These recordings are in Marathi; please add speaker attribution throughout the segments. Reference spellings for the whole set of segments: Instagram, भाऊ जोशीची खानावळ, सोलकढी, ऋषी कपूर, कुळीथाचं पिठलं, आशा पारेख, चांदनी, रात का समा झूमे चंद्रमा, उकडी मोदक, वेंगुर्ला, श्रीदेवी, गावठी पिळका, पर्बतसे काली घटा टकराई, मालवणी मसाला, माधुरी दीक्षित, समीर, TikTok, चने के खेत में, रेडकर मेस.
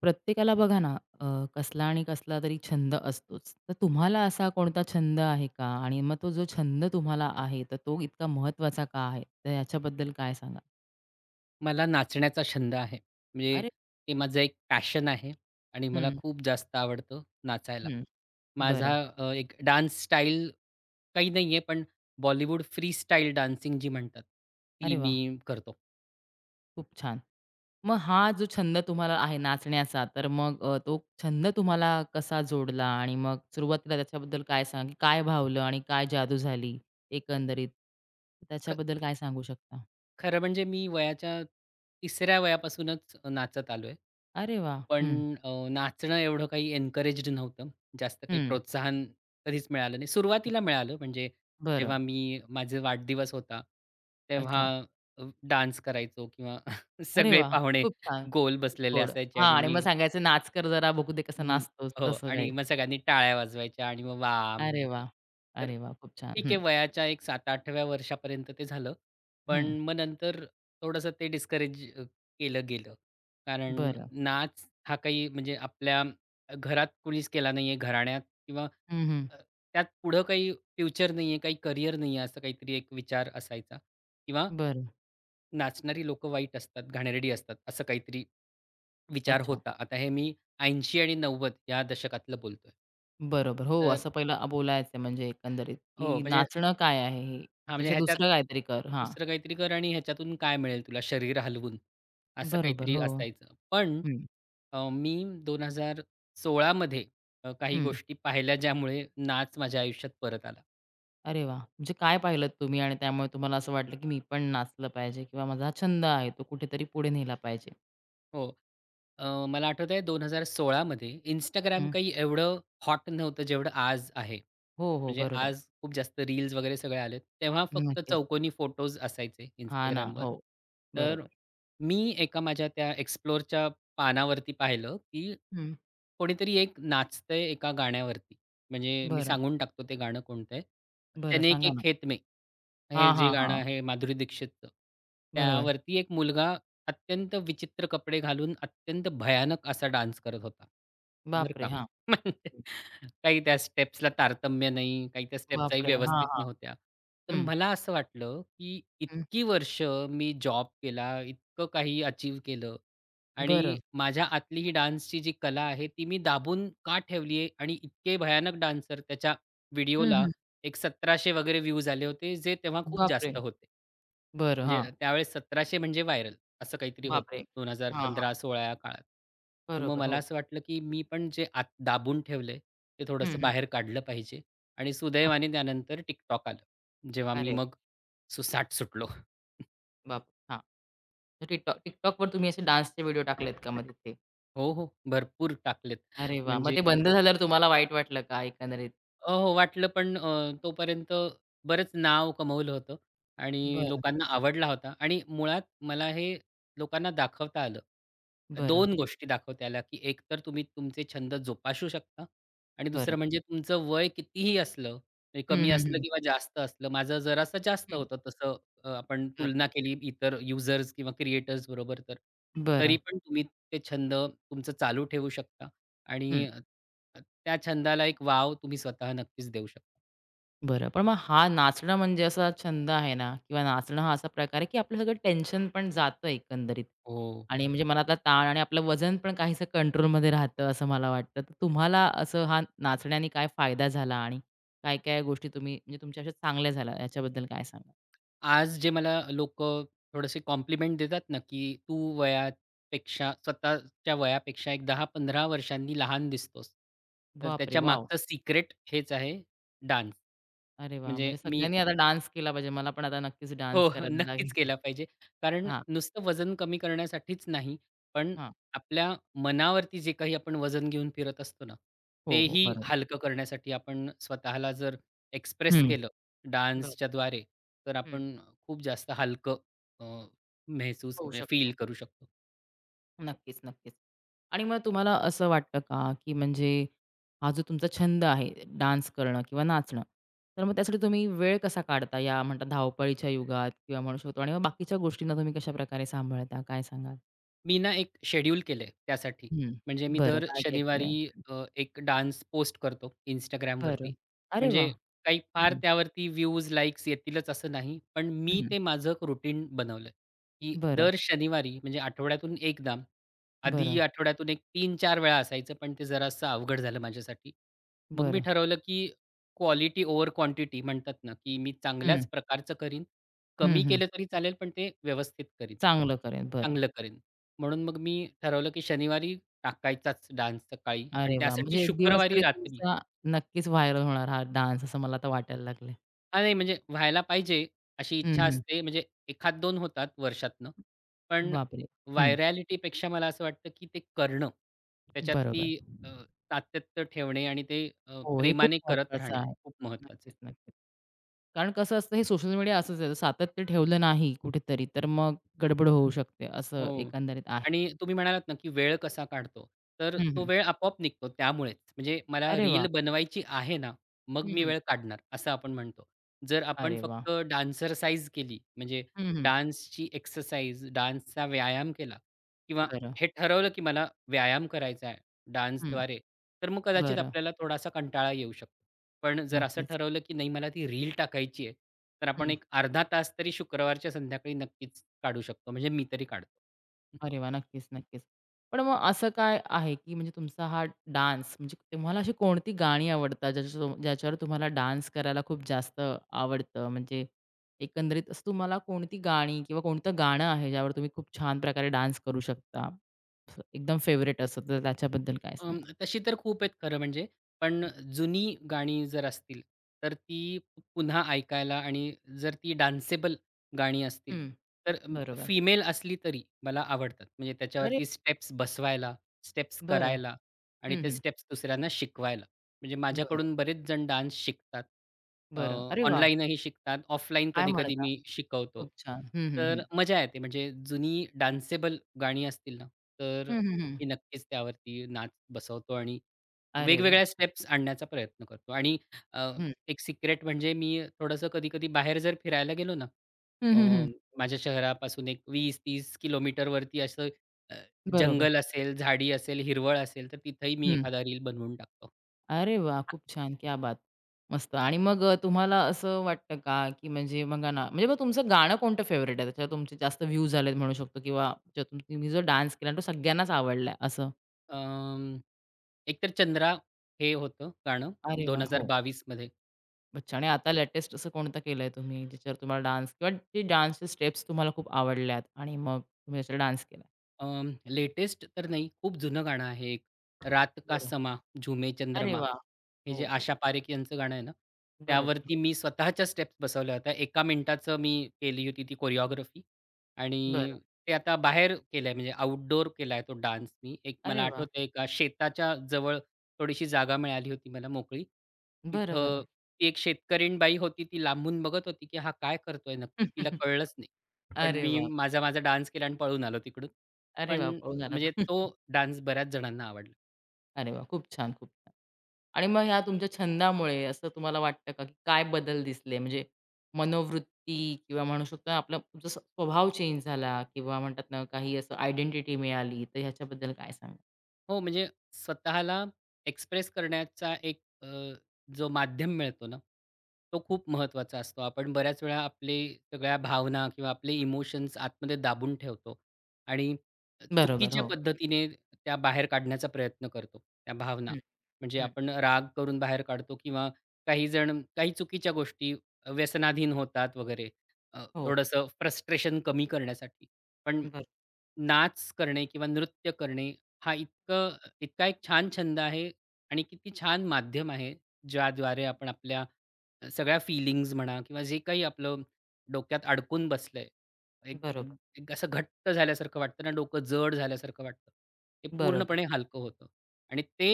Speaker 1: प्रत्येकाला बघा ना कसला आणि कसला तरी छंद असतोच. तर तुम्हाला असा कोणता छंद आहे का? आणि मग तो जो छंद तुम्हाला आहे, तर तो इतका महत्त्वाचा का आहे? तर याच्याबद्दल काय सांगाल?
Speaker 2: मला नाचण्याचा छंद आहे. म्हणजे
Speaker 1: अरे
Speaker 2: ते माझं एक पॅशन आहे आणि मला
Speaker 1: हं,
Speaker 2: खूप जास्त आवडतं नाचायला.
Speaker 1: हं.
Speaker 2: माझा
Speaker 1: बरं.
Speaker 2: एक डान्स स्टाईल काही नाहीये, पण बॉलिवूड फ्रीस्टाईल डान्सिंग जी म्हणतात, ती
Speaker 1: अरे वाह!
Speaker 2: मी करतो.
Speaker 1: खूप छान. मग हा जो छंद तुम्हाला आहे नाचण्याचा, तर मग तो छंद तुम्हाला कसा जोडला? आणि मग सुरुवातीला त्याच्याबद्दल काय सांग काय भावलं आणि काय जादू झाली एकंदरीत? त्याच्याबद्दल काय सांगू शकता?
Speaker 2: खरं म्हणजे मी वयाच्या 3ऱ्या वयापासूनच नाचत आलोय.
Speaker 1: अरे वाह!
Speaker 2: पण
Speaker 1: हं,
Speaker 2: नाचणं एवढं काही एन्करेज्ड नव्हतं. जास्त काही
Speaker 1: हं.
Speaker 2: प्रोत्साहन कधीच मिळालं नाही. सुरुवातीला मिळालं म्हणजे
Speaker 1: बरं.
Speaker 2: जेव्हा मी माझे वाढदिवस होता, तेव्हा
Speaker 1: अच्छा.
Speaker 2: अ, डान्स करायचो किंवा
Speaker 1: अरे
Speaker 2: सगळे
Speaker 1: वा,
Speaker 2: पाहुणे
Speaker 1: खूप छान.
Speaker 2: गोल
Speaker 1: खूप
Speaker 2: बसलेले
Speaker 1: गोड.
Speaker 2: असायचे
Speaker 1: हां
Speaker 2: आणि
Speaker 1: आणि
Speaker 2: मी
Speaker 1: मग सांगायचं, "नाच कर जरा, बघू दे कसा
Speaker 2: हं,
Speaker 1: नाचतोस."
Speaker 2: हो
Speaker 1: तसं काही.
Speaker 2: आणि मग सगळ्यांनी टाळ्या वाजवायच्या आणि मग वाह!
Speaker 1: अरे वा,
Speaker 2: म्हणायचं. तर
Speaker 1: अरे वा, खूप छान.
Speaker 2: ठीक आहे
Speaker 1: हं,
Speaker 2: वयाच्या एक 7-8व्या वर्षापर्यंत ते झालं.
Speaker 1: हं.
Speaker 2: पण मग नंतर थोडंसं ते डिस्करेज केलं गेलं. कारण
Speaker 1: बरं.
Speaker 2: नाच हा काही म्हणजे आपल्या घरात कुणीच केला नाहीये, घराण्यात किंवा
Speaker 1: हं, हं.
Speaker 2: अ, त्यात पुढं काही फ्युचर नाहीये, काही करियर नाहीये, असं काहीतरी एक विचार असायचा किंवा
Speaker 1: बरं.
Speaker 2: नाचणारी लोकं वाईट असतात, घाणेरडी असतात, असं काहीतरी विचार
Speaker 1: अच्छा.
Speaker 2: होता. आता हे मी 80 आणि 90 या दशकातलं बोलतोय.
Speaker 1: बरोबर. हो,
Speaker 2: तर
Speaker 1: असं पहिलं बोलायचं म्हणजे एकंदरीत,
Speaker 2: हो,
Speaker 1: की
Speaker 2: म्हणजे
Speaker 1: नाचणं काय आहे हे?
Speaker 2: हां, म्हणजे
Speaker 1: त्याच्यापेक्षा
Speaker 2: ह्याच्यात
Speaker 1: दुसरं काहीतरी कर. हां.
Speaker 2: दुसरं काहीतरी कर आणि ह्याच्यातून काय मिळेल तुला शरीर हलवून, असं
Speaker 1: बरोबर.
Speaker 2: काहीतरी
Speaker 1: हो.
Speaker 2: असायचं. पण
Speaker 1: हं,
Speaker 2: मी 2016 मध्ये काही
Speaker 1: हं.
Speaker 2: गोष्टी पाहिल्या ज्यामुळे नाच माझ्या आयुष्यात परत आला.
Speaker 1: अरे वाह! म्हणजे काय पाहिलत तुम्ही आणि त्यामुळे तुम्हाला असं वाटलं, की मी पण नाचलं पाहिजे किंवा माझा हा छंद आहे, तो कुठेतरी पुढे नेला पाहिजे.
Speaker 2: हो. मला आठवतंय 2016 मध्ये इंस्टाग्राम
Speaker 1: हं.
Speaker 2: काही एवढं हॉट नव्हतं जेवढं आज आहे.
Speaker 1: हो, हो.
Speaker 2: म्हणजे
Speaker 1: बरोबर.
Speaker 2: आज खूप जास्त रील्स वगैरे सगळे आले तेव्हा फक्त
Speaker 1: नक्कीच.
Speaker 2: चौकोनी फोटोज असायचे
Speaker 1: हां ना.
Speaker 2: Instagramवर.
Speaker 1: हो.
Speaker 2: तर
Speaker 1: बरोबर.
Speaker 2: मी एका माझ्या त्या एक्सप्लोरच्या पानावरती पाहिलं, की
Speaker 1: हं.
Speaker 2: कोणीतरी एक नाचतंय एका गाण्यावरती. म्हणजे मी
Speaker 1: बरं,
Speaker 2: सांगून टाकतो ते गाणं कोणतं आहे.
Speaker 1: बरं
Speaker 2: "चने के
Speaker 1: सांगा ना?
Speaker 2: खेत में." हे
Speaker 1: हां,
Speaker 2: जे
Speaker 1: हां,
Speaker 2: गाणं
Speaker 1: हां.
Speaker 2: आहे माधुरी दीक्षितचं,
Speaker 1: बरोबर.
Speaker 2: त्यावरती एक मुलगा अत्यंत विचित्र कपडे घालून अत्यंत भयानक असा डान्स करत होता. बरं
Speaker 1: बापरे!
Speaker 2: का.
Speaker 1: हां.
Speaker 2: म्हणजे काही त्या स्टेप्सला तारतम्य नाही, काही त्या स्टेप्सही
Speaker 1: बापरे! हां,
Speaker 2: व्यवस्थित
Speaker 1: हां.
Speaker 2: नव्हत्या. तर
Speaker 1: हं,
Speaker 2: मला असं वाटलं, की
Speaker 1: हं.
Speaker 2: इतकी वर्ष मी जॉब केला, इतकं काही अचीव केलं आणि
Speaker 1: बरं.
Speaker 2: माझ्या आतली ही डान्सची जी कला आहे, ती मी दाबून का ठेवली आहे आणि इतके भयानक डान्सर त्याच्या
Speaker 1: हं,
Speaker 2: व्हिडिओला
Speaker 1: हं.
Speaker 2: एक 1700 वगैरे व्ह्यूज आले होते, जे तेव्हा खूप
Speaker 1: बापरे!
Speaker 2: जास्त होते.
Speaker 1: बरं. हां.
Speaker 2: म्हणजे त्यावेळेस 1700 म्हणजे व्हायरल असं काहीतरी होतं
Speaker 1: बापरे! हां, हां.
Speaker 2: 2015-16 या काळात. तर मग
Speaker 1: बरोबर.
Speaker 2: मला
Speaker 1: हो.
Speaker 2: असं वाटलं, की मी पण जे आत दाबून ठेवलंय, ते
Speaker 1: हं,
Speaker 2: थोडंसं
Speaker 1: हं.
Speaker 2: बाहेर काढलं पाहिजे आणि
Speaker 1: हां.
Speaker 2: सुदैवाने त्यानंतर TikTok आलं. जेव्हा मी
Speaker 1: अरे
Speaker 2: मग सुसाट सुटलो.
Speaker 1: बाप! हां. TikTokवर तुम्ही असे डान्सचे व्हिडिओ टाकलेत का मग तिथे?
Speaker 2: हो, हो. भरपूर टाकलेत.
Speaker 1: अरे वाह! मग
Speaker 2: म्हणजे
Speaker 1: ते बंद झाल्यावर तुम्हाला वाईट वाटलं का एकंदरीत?
Speaker 2: हो, वाटलं पण तोपर्यंत बरंच नाव कमवलं होतं आणि
Speaker 1: बरं,
Speaker 2: लोकांना आवडला होता आणि मुळात मला हे लोकांना दाखवता आलं.
Speaker 1: बरं,
Speaker 2: 2 गोष्टी दाखवता आल्या, की एक तर तुम्ही तुमचे छंद जोपासू शकता आणि
Speaker 1: बरं.
Speaker 2: दुसरं म्हणजे तुमचं वय कितीही असलं, म्हणजे
Speaker 1: हं,
Speaker 2: कमी
Speaker 1: हं,
Speaker 2: असलं
Speaker 1: हं.
Speaker 2: किंवा जास्त असलं. माझं जरासं जास्त
Speaker 1: हं.
Speaker 2: होतं तसं आपण
Speaker 1: बरं,
Speaker 2: तुलना केली इतर युजर्स किंवा क्रिएटर्स बरोबर तर.
Speaker 1: बरं.
Speaker 2: तरी पण तुम्ही ते छंद तुमचं चालू ठेवू शकता.
Speaker 1: हं.
Speaker 2: आणि अ, अ, त्या छंदाला एक वाव तुम्ही स्वतः नक्कीच देऊ शकता.
Speaker 1: बरं. पण मग हा नाचणं म्हणजे असा छंद आहे ना किंवा नाचणं हा असा प्रकार आहे, की आपलं सगळं टेन्शन पण जातं एकंदरीत
Speaker 2: हो.
Speaker 1: आणि म्हणजे मनातला ताण आणि आपलं वजन पण काहीसं कंट्रोलमध्ये राहतं असं मला वाटतं. तर तुम्हाला असं हा नाचण्याने काय फायदा झाला आणि काय-काय गोष्टी तुम्ही म्हणजे तुमच्या अशा चांगल्या झाल्या याच्याबद्दल काय सांगाल?
Speaker 2: आज जे मला लोकं थोडेसे कॉम्प्लिमेंट देतात ना, की "तू वयापेक्षा स्वतःच्या वयापेक्षा एक 10-15 वर्षांनी लहान दिसतोस." तर
Speaker 1: बापरे!
Speaker 2: त्याच्या
Speaker 1: वॉव!
Speaker 2: मागचं सिक्रेट हेच आहे डान्स.
Speaker 1: अरे वाह!
Speaker 2: म्हणजे
Speaker 1: म्हणजे
Speaker 2: मी
Speaker 1: सगळ्यांनी आता डान्स केला पाहिजे. मला पण आता नक्कीच
Speaker 2: हो,
Speaker 1: डान्स
Speaker 2: हो.
Speaker 1: करायला
Speaker 2: नक्कीच
Speaker 1: लागेल.
Speaker 2: केला पाहिजे. कारण
Speaker 1: हां,
Speaker 2: नुसतं वजन कमी करण्यासाठीच नाही, पण
Speaker 1: हां.
Speaker 2: आपल्या मनावरती जे काही आपण वजन घेऊन फिरत असतो ना,
Speaker 1: हो, हो.
Speaker 2: तेही
Speaker 1: बरोबर.
Speaker 2: हलकं करण्यासाठी आपण स्वतःला जर एक्सप्रेस
Speaker 1: हं.
Speaker 2: केलं
Speaker 1: बरं.
Speaker 2: डान्सच्याद्वारे, तर
Speaker 1: हं.
Speaker 2: आपण खूप जास्त हलकं अ, महसूस
Speaker 1: होऊ
Speaker 2: म्हणजे फील
Speaker 1: शकतो.
Speaker 2: करू शकतो.
Speaker 1: नक्कीच, नक्कीच. आणि मग तुम्हाला असं वाटतं का, की म्हणजे हा जो तुमचा छंद आहे डान्स करणं किंवा नाचणं, तर मग त्यासाठी तुम्ही वेळ कसा काढता या म्हणतात धावपळीच्या युगात किंवा म्हणू शकतो आणि मग बाकीच्या गोष्टींना तुम्ही कशाप्रकारे सांभाळता? काय सांगाल?
Speaker 2: मी ना एक शेड्यूल केलंय त्यासाठी.
Speaker 1: हं.
Speaker 2: म्हणजे मी
Speaker 1: बरं.
Speaker 2: दर
Speaker 1: काय-काय
Speaker 2: शनिवारी
Speaker 1: केलंय?
Speaker 2: एक डान्स पोस्ट करतो
Speaker 1: बरं.
Speaker 2: Instagramवरती.
Speaker 1: अरे वाह!
Speaker 2: म्हणजे काही फार
Speaker 1: हं,
Speaker 2: त्यावरती व्ह्यूज, लाइक्स येतीलच असं नाही. पण मी
Speaker 1: हं.
Speaker 2: ते माझं एक रुटीन बनवलंय, की
Speaker 1: बरं,
Speaker 2: दर शनिवारी म्हणजे आठवड्यातून एकदा,
Speaker 1: बरं,
Speaker 2: आधी आठवड्यातून एक 3-4 वेळा असायचं, पण ते जरासं अवघड झालं माझ्यासाठी. मग मी
Speaker 1: बरं.
Speaker 2: ठरवलं, की क्वालिटी ओव्हर क्वांटिटी म्हणतात ना, की मी
Speaker 1: हं,
Speaker 2: चांगल्याच प्रकारचं करीन.
Speaker 1: हं,
Speaker 2: कमी
Speaker 1: हं.
Speaker 2: केलं तरी चालेल, पण ते व्यवस्थित करीन.
Speaker 1: चांगलं करेन. बरं.
Speaker 2: चांगलं करीन. म्हणून मग मी ठरवलं, की शनिवारी टाकायचाच डान्स सकाळी आणि
Speaker 1: अरे वाह!
Speaker 2: त्यासाठी
Speaker 1: म्हणजे एक दिवस
Speaker 2: शुक्रवारी
Speaker 1: तरी
Speaker 2: रात्री
Speaker 1: तुमचा नक्कीच व्हायरल होणार हा डान्स असं मला आता वाटायला लागलंय.
Speaker 2: हां, नाही म्हणजे व्हायला पाहिजे अशी इच्छा असते. म्हणजे एखाद दोन होतात वर्षातनं. पण
Speaker 1: बापरे! हं.
Speaker 2: व्हायरॅलिटीपेक्षा मला असं वाटतं, की ते करणं, त्याच्यात ती
Speaker 1: बरोबर.
Speaker 2: अ, सातत्य ठेवणे आणि ते
Speaker 1: हो, हे खूप
Speaker 2: प्रेमाने करत
Speaker 1: महत्वाचं
Speaker 2: राहणे
Speaker 1: आहे.
Speaker 2: खूप महत्त्वाचं
Speaker 1: नक्कीच,
Speaker 2: आहे.
Speaker 1: नक्कीच. कारण कसं असतं हे सोशल मीडिया असंच आहे. जर सातत्य ठेवलं नाही कुठेतरी तर मग गडबड होऊ शकते असं
Speaker 2: हो.
Speaker 1: एकंदरीत आहे.
Speaker 2: आणि तुम्ही म्हणालात ना, की वेळ कसा काढतो. तर
Speaker 1: हं,
Speaker 2: तो
Speaker 1: हं.
Speaker 2: वेळ आपोआप निघतो त्यामुळेच. म्हणजे मला
Speaker 1: अरे वा
Speaker 2: रील बनवायची आहे ना, मग
Speaker 1: हं,
Speaker 2: मी
Speaker 1: हं.
Speaker 2: वेळ काढणार असं आपण म्हणतो. जर आपण
Speaker 1: अरे वा
Speaker 2: फक्त डान्सरसाइज केली म्हणजे
Speaker 1: हं, हं.
Speaker 2: डान्सची एक्सरसाइज, डान्सचा व्यायाम केला किंवा
Speaker 1: बरं.
Speaker 2: हे ठरवलं, की मला व्यायाम करायचा आहे
Speaker 1: हं.
Speaker 2: डान्सद्वारे, तर मग कदाचित
Speaker 1: बरं.
Speaker 2: आपल्याला थोडासा कंटाळा येऊ शकतो. पण जर असं
Speaker 1: नक्कीच.
Speaker 2: ठरवलं, की नाही मला ती रील टाकायची आहे, तर आपण
Speaker 1: हं.
Speaker 2: एक अर्धा तास तरी शुक्रवारच्या संध्याकाळी नक्कीच काढू शकतो. म्हणजे मी तरी काढतो.
Speaker 1: अरे वाह! नक्कीच, नक्कीच. पण मग असं काय आहे, की म्हणजे तुमचा हा डान्स म्हणजे तुम्हाला अशी कोणती गाणी आवडतात, ज्याच्या ज्याच्यावर तुम्हाला डान्स करायला खूप जास्त आवडतं? म्हणजे एकंदरीत असं तुम्हाला कोणती गाणी किंवा कोणतं गाणं आहे, ज्यावर तुम्ही खूप छान प्रकारे डान्स करू शकता? असं एकदम फेव्हरेट असं, तर त्याच्याबद्दल काय सांगाल?
Speaker 2: तशी तर खूप आहेत खरं म्हणजे. पण जुनी गाणी जर असतील, तर ती पुन्हा ऐकायला आणि जर ती डान्सेबल गाणी असतील,
Speaker 1: हं,
Speaker 2: तर
Speaker 1: बरोबर.
Speaker 2: फिमेल असली तरी मला आवडतात. म्हणजे
Speaker 1: अरे
Speaker 2: त्याच्यावरती स्टेप्स बसवायला, स्टेप्स
Speaker 1: बरं.
Speaker 2: करायला आणि
Speaker 1: हं,
Speaker 2: ते
Speaker 1: हं.
Speaker 2: स्टेप्स दुसऱ्यांना शिकवायला. म्हणजे
Speaker 1: बरं,
Speaker 2: माझ्याकडून बरेच जण डान्स शिकतात.
Speaker 1: बरं. अरे वाह!
Speaker 2: ऑनलाईनही शिकतात. ऑफलाईन
Speaker 1: काय
Speaker 2: कधी-कधी
Speaker 1: म्हणता?
Speaker 2: मी शिकवतो.
Speaker 1: खूप छान. हं, हं,
Speaker 2: तर
Speaker 1: हं.
Speaker 2: मजा येते. म्हणजे जुनी डान्सेबल गाणी असतील ना, तर
Speaker 1: हं, हं, हं.
Speaker 2: मी नक्कीच त्यावरती नाच बसवतो आणि
Speaker 1: अरे वाह!
Speaker 2: वेगवेगळ्या स्टेप्स आणण्याचा प्रयत्न करतो आणि अ,
Speaker 1: हं.
Speaker 2: एक सिक्रेट म्हणजे मी थोडंसं कधी-कधी बाहेर जर फिरायला गेलो ना,
Speaker 1: हं,
Speaker 2: अ,
Speaker 1: हं, हं.
Speaker 2: माझ्या शहरापासून एक 20-30 किलोमीटरवरती असं अ,
Speaker 1: बरोबर.
Speaker 2: जंगल असेल, झाडी असेल, हिरवळ असेल, तर तिथेही मी एखादा रील बनवून टाकतो.
Speaker 1: अरे वा, खूप छान. क्या बात! मस्त आणि मग तुम्हाला असं वाटतं का, की म्हणजे बघा ना, म्हणजे मग तुमचं गाणं कोणतं फेव्हरेट आहे? त्याच्यावर तुमचे जास्त व्ह्यूज आलेत म्हणू शकतो किंवा ज्यातून तुम्ही जो डान्स केला तो सगळ्यांनाच आवडलाय असं?
Speaker 2: अं, एकतर चंद्रा हे होतं गाणं
Speaker 1: अरे वाह! हो.
Speaker 2: 2022 मध्ये.
Speaker 1: अच्छा आणि आता लेटेस्ट असं कोणतं केलंय तुम्ही ज्याच्यावर तुम्हाला डान्स किंवा जे डान्सचे स्टेप्स तुम्हाला खूप आवडल्यात आणि मग तुम्ही त्याच्यावर डान्स केला?
Speaker 2: लेटेस्ट तर नाही, खूप जुनं गाणं आहे एक. रात का
Speaker 1: बरं.
Speaker 2: समा झूमे
Speaker 1: अरे
Speaker 2: चंद्रमा
Speaker 1: वाह!
Speaker 2: हे
Speaker 1: हो,
Speaker 2: जे
Speaker 1: हो.
Speaker 2: आशा पारेख यांचं गाणं आहे ना,
Speaker 1: बरोबर. हो.
Speaker 2: त्यावरती मी स्वतःच्या स्टेप्स बसवल्या होत्या. एका मिनिटाचं मी केली होती ती कोरिओग्राफी
Speaker 1: बरं.
Speaker 2: आणि ते आता बाहेर केलंय म्हणजे आउटडोअर केलाय तो डान्स मी. एक मला
Speaker 1: अरे वाह!
Speaker 2: आठवतंय एका शेताच्या जवळ थोडीशी जागा मिळाली होती मला मोकळी.
Speaker 1: बरं,
Speaker 2: तिथं
Speaker 1: बरं.
Speaker 2: ती एक शेतकरीण बाई होती ती लांबून बघत होती, की हा काय करतोय नक्की? तिला कळलंच नाही. पण
Speaker 1: अरे
Speaker 2: मी
Speaker 1: बापरे!
Speaker 2: माझा डान्स केला आणि पळून आलो तिकडून.
Speaker 1: अरे
Speaker 2: पण
Speaker 1: वाह! पळून आलात.
Speaker 2: म्हणजे तो डान्स बऱ्याच जणांना आवडला.
Speaker 1: अरे वाह! खूप छान, खूप छान. आणि मग ह्या तुमच्या छंदामुळे असं तुम्हाला वाटतं का, की काय बदल दिसले? म्हणजे मनोवृत्ती किंवा म्हणू शकतो ना, आपला तुमचा स्वभाव चेंज झाला किंवा म्हणतात ना, काही असं आयडेंटिटी मिळाली, तर ह्याच्याबद्दल काय सांगाल?
Speaker 2: हो, म्हणजे स्वतःला एक्सप्रेस करण्याचा एक जो माध्यम मिळतो ना, तो खूप महत्त्वाचा असतो. आपण बऱ्याच वेळा आपले सगळ्या भावना किंवा आपले इमोशन्स आतमध्ये दाबून ठेवतो आणि
Speaker 1: बरोबर.
Speaker 2: चुकीच्या
Speaker 1: हो.
Speaker 2: पद्धतीने त्या बाहेर काढण्याचा प्रयत्न करतो, त्या भावना.
Speaker 1: हं,
Speaker 2: म्हणजे
Speaker 1: हं.
Speaker 2: आपण राग करून बाहेर काढतो किंवा काही जण काही चुकीच्या गोष्टी व्यसनाधीन होतात वगैरे.
Speaker 1: हो.
Speaker 2: थोडंसं फ्रस्ट्रेशन कमी करण्यासाठी. पण
Speaker 1: बरं.
Speaker 2: नाच करणे किंवा नृत्य करणे हा इतका एक छान छंद आहे आणि किती छान माध्यम आहे ज्याद्वारे आपण आपल्या सगळ्या फीलिंग्ज म्हणा किंवा जे काही आपलं डोक्यात अडकून बसलंय एक
Speaker 1: बरोबर.
Speaker 2: एक असं घट्ट झाल्यासारखं वाटतं ना डोकं जड झाल्यासारखं वाटतं ते
Speaker 1: बरोबर.
Speaker 2: पूर्णपणे हलकं होतं आणि ते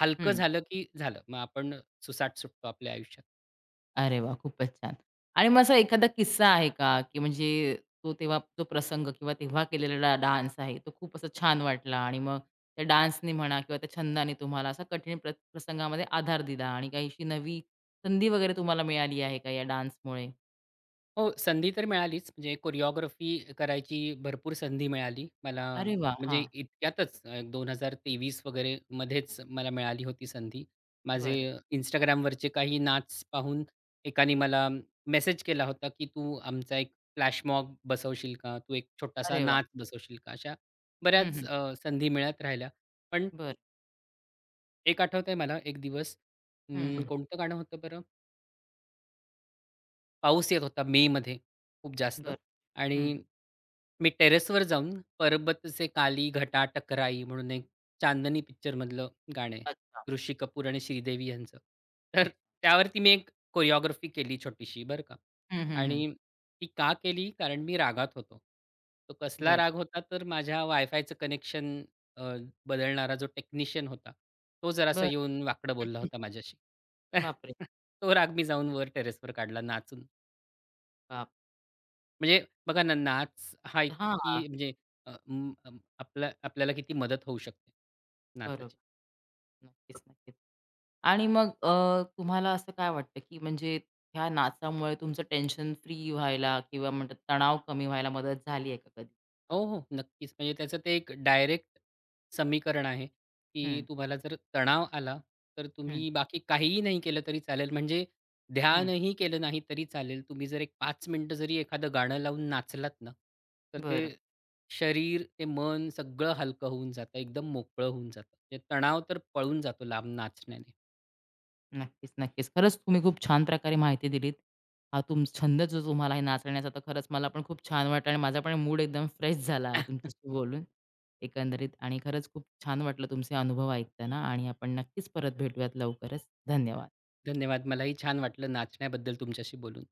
Speaker 2: हलकं झालं की झालं मग आपण सुसाट सुटतो आपल्या आयुष्यात.
Speaker 1: अरे वाह! खूपच छान. आणि मग असा एखादा किस्सा आहे का, की म्हणजे तो तेव्हा तो प्रसंग किंवा तेव्हा केलेला डान्स आहे, तो खूप असा छान वाटला आणि मग त्या डान्सनी म्हणा किंवा त्या छंदाने तुम्हाला असा कठीण प्रसंगामध्ये आधार दिला आणि काही नवी संधी वगैरे तुम्हाला मिळाली आहे का या डान्समुळे?
Speaker 2: हो, संधी तर मिळालीच. म्हणजे कोरिओग्राफी करायची भरपूर संधी मिळाली. मला
Speaker 1: अरे वाह!
Speaker 2: म्हणजे
Speaker 1: हां,
Speaker 2: इतक्यातच 2023 वगैरे मध्येच मला मिळाली होती संधी. माझे
Speaker 1: बर
Speaker 2: Instagramवरचे काही नाच पाहून एकाने मला मेसेज केला होता, की "तू आमचा एक फ्लॅशमॉब बसवशील का? तू एक छोटासा
Speaker 1: अरे वाह!
Speaker 2: नाच बसवशील का?" अशा
Speaker 1: हं,
Speaker 2: बऱ्याच
Speaker 1: हं.
Speaker 2: संधी मिळत राहिल्या. पण
Speaker 1: बरं.
Speaker 2: एक आठवतंय मला एक दिवस
Speaker 1: हं, हं.
Speaker 2: कोणतं गाणं होतं बरं? पाऊस येत होता मेमध्ये खूप जास्त
Speaker 1: बरं. हं.
Speaker 2: आणि मी टेरेसवर जाऊन "पर्बतसे काली घटा टकराई" म्हणून एक चांदनी पिक्चरमधलं गाणं आहे.
Speaker 1: अच्छा,
Speaker 2: ऋषी कपूर आणि श्रीदेवी यांचं. तर
Speaker 1: अच्छा.
Speaker 2: त्यावरती मी एक कोरिओग्राफी केली छोटीशी बरं का.
Speaker 1: हं, हं, हं.
Speaker 2: आणि ती का केली? कारण मी रागात होतो. तो कसला
Speaker 1: बरं.
Speaker 2: राग होता? तर माझ्या वायफायचं कनेक्शन अ, बदलणारा जो टेक्निशियन होता, तो जरासा
Speaker 1: बरं.
Speaker 2: येऊन वाकडं बोलला होता माझ्याशी.
Speaker 1: बापरे!
Speaker 2: तो राग मी जाऊन वर टेरेसवर काढला नाचून.
Speaker 1: बाप!
Speaker 2: म्हणजे बघा ना, नाच हा
Speaker 1: हां,
Speaker 2: इतकी म्हणजे आपला आपल्याला किती मदत होऊ शकते
Speaker 1: बरोबर.
Speaker 2: नाचाची.
Speaker 1: नक्कीच, नक्कीच. आणि मग तुम्हाला असं काय वाटतं, की म्हणजे ह्या नाचामुळे तुमचं टेन्शन फ्री व्हायला किंवा म्हणतात तणाव कमी व्हायला मदत झाली आहे का कधी?
Speaker 2: हो, हो, नक्कीच. म्हणजे त्याचं ते एक डायरेक्ट समीकरण आहे, की
Speaker 1: हं,
Speaker 2: तुम्हाला जर तणाव आला, तर
Speaker 1: हं,
Speaker 2: तुम्ही बाकी काहीही नाही केलं तरी चालेल. म्हणजे
Speaker 1: हं.
Speaker 2: ध्यानही केलं नाही तरी चालेल. तुम्ही जर एक 5 मिनिटं जरी एखादं गाणं लावून नाचलात ना, तर ते
Speaker 1: बरं.
Speaker 2: शरीर, ते मन सगळं हलकं होऊन जातं. एकदम मोकळं होऊन जातं. म्हणजे तणाव तर पळून जातो लांब नाचण्याने.
Speaker 1: नक्कीच, नक्कीच. खरंच तुम्ही खूप छान प्रकारे माहिती दिलीत. हा तुम छंद जो तुम्हाला आहे नाचण्याचा, तर खरंच मला पण खूप छान वाटलं आणि माझा पण मूड एकदम फ्रेश झाला आहे तुमच्याशी बोलून एकंदरीत आणि खरंच खूप छान वाटलं तुमचे अनुभव ऐकताना आणि आपण नक्कीच परत भेटूयात लवकरच. धन्यवाद.
Speaker 2: धन्यवाद. मलाही छान वाटलं नाचण्याबद्दल तुमच्याशी बोलून.